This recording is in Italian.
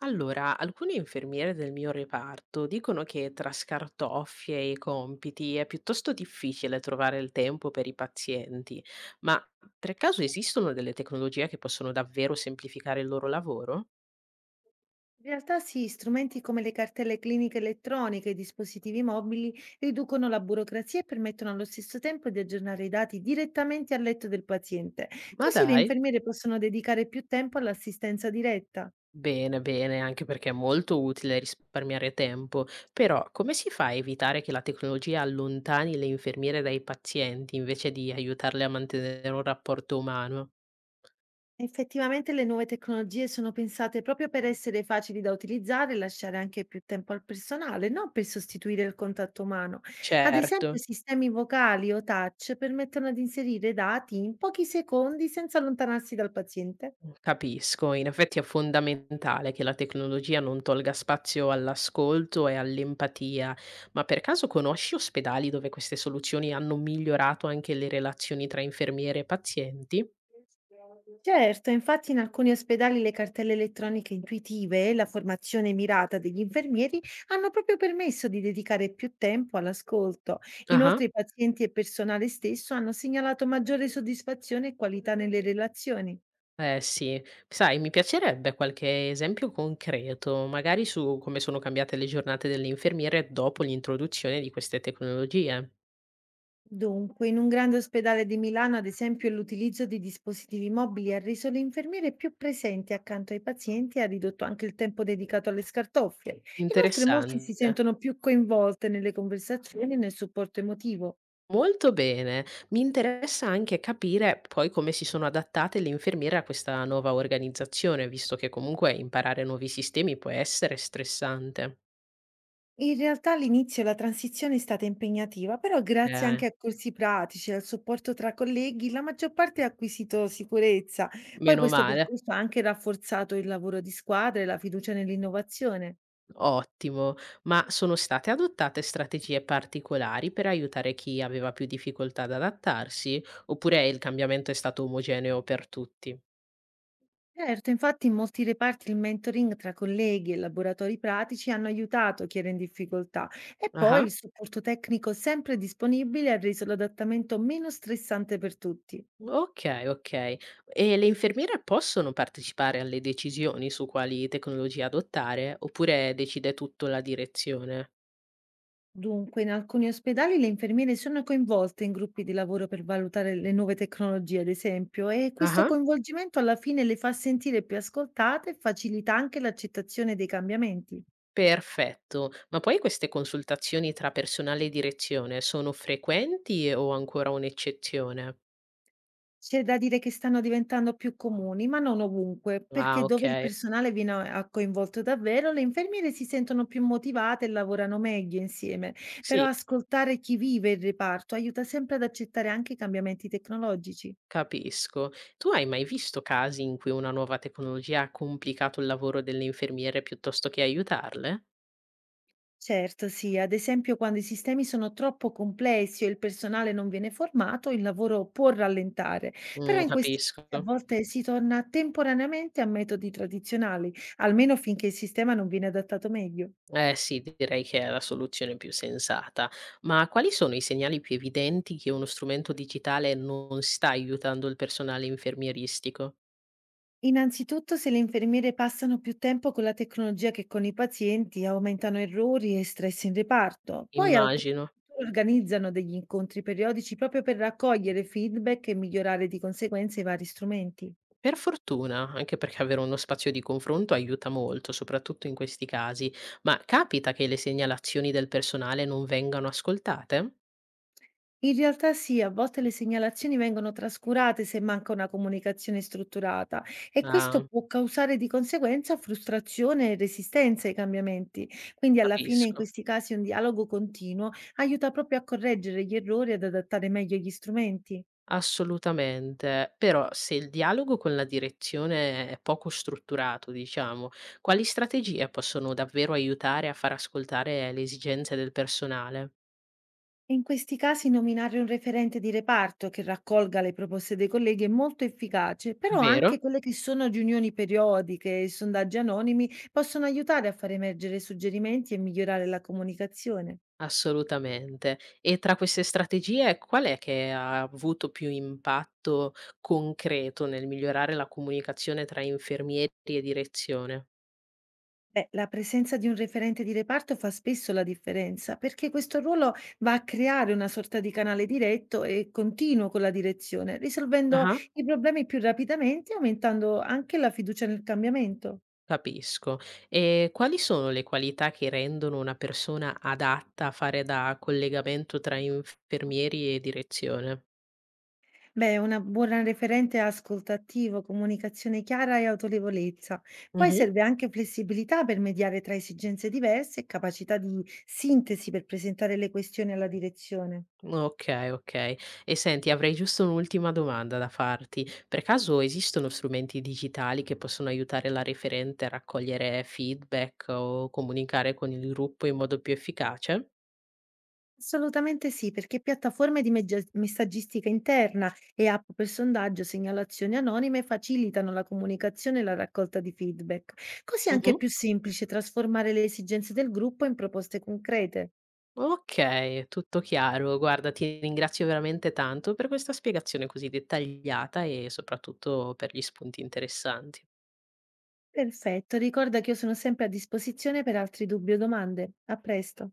Allora, alcune infermiere del mio reparto dicono che tra scartoffie e compiti è piuttosto difficile trovare il tempo per i pazienti, ma per caso esistono delle tecnologie che possono davvero semplificare il loro lavoro? In realtà sì, strumenti come le cartelle cliniche elettroniche e i dispositivi mobili riducono la burocrazia e permettono allo stesso tempo di aggiornare i dati direttamente al letto del paziente. Ma Così le dai, infermiere possono dedicare più tempo all'assistenza diretta. bene, bene, anche perché è molto utile risparmiare tempo, però come si fa a evitare che la tecnologia allontani le infermiere dai pazienti invece di aiutarle a mantenere un rapporto umano? Effettivamente le nuove tecnologie sono pensate proprio per essere facili da utilizzare e lasciare anche più tempo al personale, non per sostituire il contatto umano. Ad Certo. esempio, sistemi vocali o touch permettono di inserire dati in pochi secondi senza allontanarsi dal paziente. Capisco, in effetti è fondamentale che la tecnologia non tolga spazio all'ascolto e all'empatia, ma per caso conosci ospedali dove queste soluzioni hanno migliorato anche le relazioni tra infermiere e pazienti? Certo, infatti in alcuni ospedali le cartelle elettroniche intuitive e la formazione mirata degli infermieri hanno proprio permesso di dedicare più tempo all'ascolto. Ah-ah. Inoltre i pazienti e il personale stesso hanno segnalato maggiore soddisfazione e qualità nelle relazioni. Eh sì, sai, mi piacerebbe qualche esempio concreto, magari su come sono cambiate le giornate delle infermiere dopo l'introduzione di queste tecnologie. Dunque, in un grande ospedale di Milano, ad esempio, l'utilizzo di dispositivi mobili ha reso le infermiere più presenti accanto ai pazienti e ha ridotto anche il tempo dedicato alle scartoffie. Inoltre, molti si Interessante. sentono più coinvolte nelle conversazioni e nel supporto emotivo. Molto bene. Mi interessa anche capire poi come si sono adattate le infermiere a questa nuova organizzazione, visto che comunque imparare nuovi sistemi può essere stressante. In realtà all'inizio la transizione è stata impegnativa, però grazie anche Eh, a corsi pratici e al supporto tra colleghi, la maggior parte ha acquisito sicurezza. Poi meno questo male. percorso ha anche rafforzato il lavoro di squadra e la fiducia nell'innovazione. Ottimo. Ma sono state adottate strategie particolari per aiutare chi aveva più difficoltà ad adattarsi? Oppure il cambiamento è stato omogeneo per tutti? Certo, infatti in molti reparti il mentoring tra colleghi e laboratori pratici hanno aiutato chi era in difficoltà e poi Ah. il supporto tecnico sempre disponibile ha reso l'adattamento meno stressante per tutti. Okay, okay. E le infermiere possono partecipare alle decisioni su quali tecnologie adottare, oppure decide tutto la direzione? Dunque, in alcuni ospedali le infermiere sono coinvolte in gruppi di lavoro per valutare le nuove tecnologie, ad esempio, e questo Ah-ah. coinvolgimento alla fine le fa sentire più ascoltate e facilita anche l'accettazione dei cambiamenti. Perfetto. Ma poi queste consultazioni tra personale e direzione sono frequenti o ancora un'eccezione? C'è da dire che stanno diventando più comuni, ma non ovunque, Ah, perché dove il okay. personale viene a coinvolto davvero, le infermiere si sentono più motivate e lavorano meglio insieme. Però Sì, ascoltare chi vive il reparto aiuta sempre ad accettare anche i cambiamenti tecnologici. capisco. Tu hai mai visto casi in cui una nuova tecnologia ha complicato il lavoro delle infermiere piuttosto che aiutarle? Certo, sì, ad esempio quando i sistemi sono troppo complessi o il personale non viene formato, il lavoro può rallentare, però in questi Capisco. casi a volte si torna temporaneamente a metodi tradizionali, almeno finché il sistema non viene adattato meglio. Eh sì, direi che è la soluzione più sensata. Ma quali sono i segnali più evidenti che uno strumento digitale non sta aiutando il personale infermieristico? Innanzitutto, se le infermiere passano più tempo con la tecnologia che con i pazienti, aumentano errori e stress in reparto. Poi alcuni Immagino. organizzano degli incontri periodici proprio per raccogliere feedback e migliorare di conseguenza i vari strumenti. Per fortuna, anche perché avere uno spazio di confronto aiuta molto, soprattutto in questi casi. Ma capita che le segnalazioni del personale non vengano ascoltate? In realtà sì, a volte le segnalazioni vengono trascurate se manca una comunicazione strutturata e questo Ah, può causare di conseguenza frustrazione e resistenza ai cambiamenti. Quindi alla fine in capisco. questi casi un dialogo continuo aiuta proprio a correggere gli errori e ad adattare meglio gli strumenti. Assolutamente, però se il dialogo con la direzione è poco strutturato, diciamo, quali strategie possono davvero aiutare a far ascoltare le esigenze del personale? E in questi casi nominare un referente di reparto che raccolga le proposte dei colleghi è molto efficace, però anche Vero? quelle che sono riunioni periodiche e sondaggi anonimi possono aiutare a far emergere suggerimenti e migliorare la comunicazione. Assolutamente. E tra queste strategie, qual è che ha avuto più impatto concreto nel migliorare la comunicazione tra infermieri e direzione? Beh, la presenza di un referente di reparto fa spesso la differenza, perché questo ruolo va a creare una sorta di canale diretto e continuo con la direzione, risolvendo i problemi più rapidamente e aumentando anche la fiducia nel cambiamento. Capisco. E quali sono le qualità che rendono una persona adatta a fare da collegamento tra infermieri e direzione? Beh, una buona referente è ascoltativo, comunicazione chiara e autorevolezza. Poi Mhm. serve anche flessibilità per mediare tra esigenze diverse e capacità di sintesi per presentare le questioni alla direzione. Ok, ok. E senti, avrei giusto un'ultima domanda da farti. Per caso esistono strumenti digitali che possono aiutare la referente a raccogliere feedback o comunicare con il gruppo in modo più efficace? Assolutamente sì, perché piattaforme di messaggistica interna e app per sondaggio, segnalazioni anonime facilitano la comunicazione e la raccolta di feedback. Così è Mhm. anche più semplice trasformare le esigenze del gruppo in proposte concrete. Okay, tutto chiaro. Guarda, ti ringrazio veramente tanto per questa spiegazione così dettagliata e soprattutto per gli spunti interessanti. Perfetto, ricorda che io sono sempre a disposizione per altri dubbi o domande. A presto.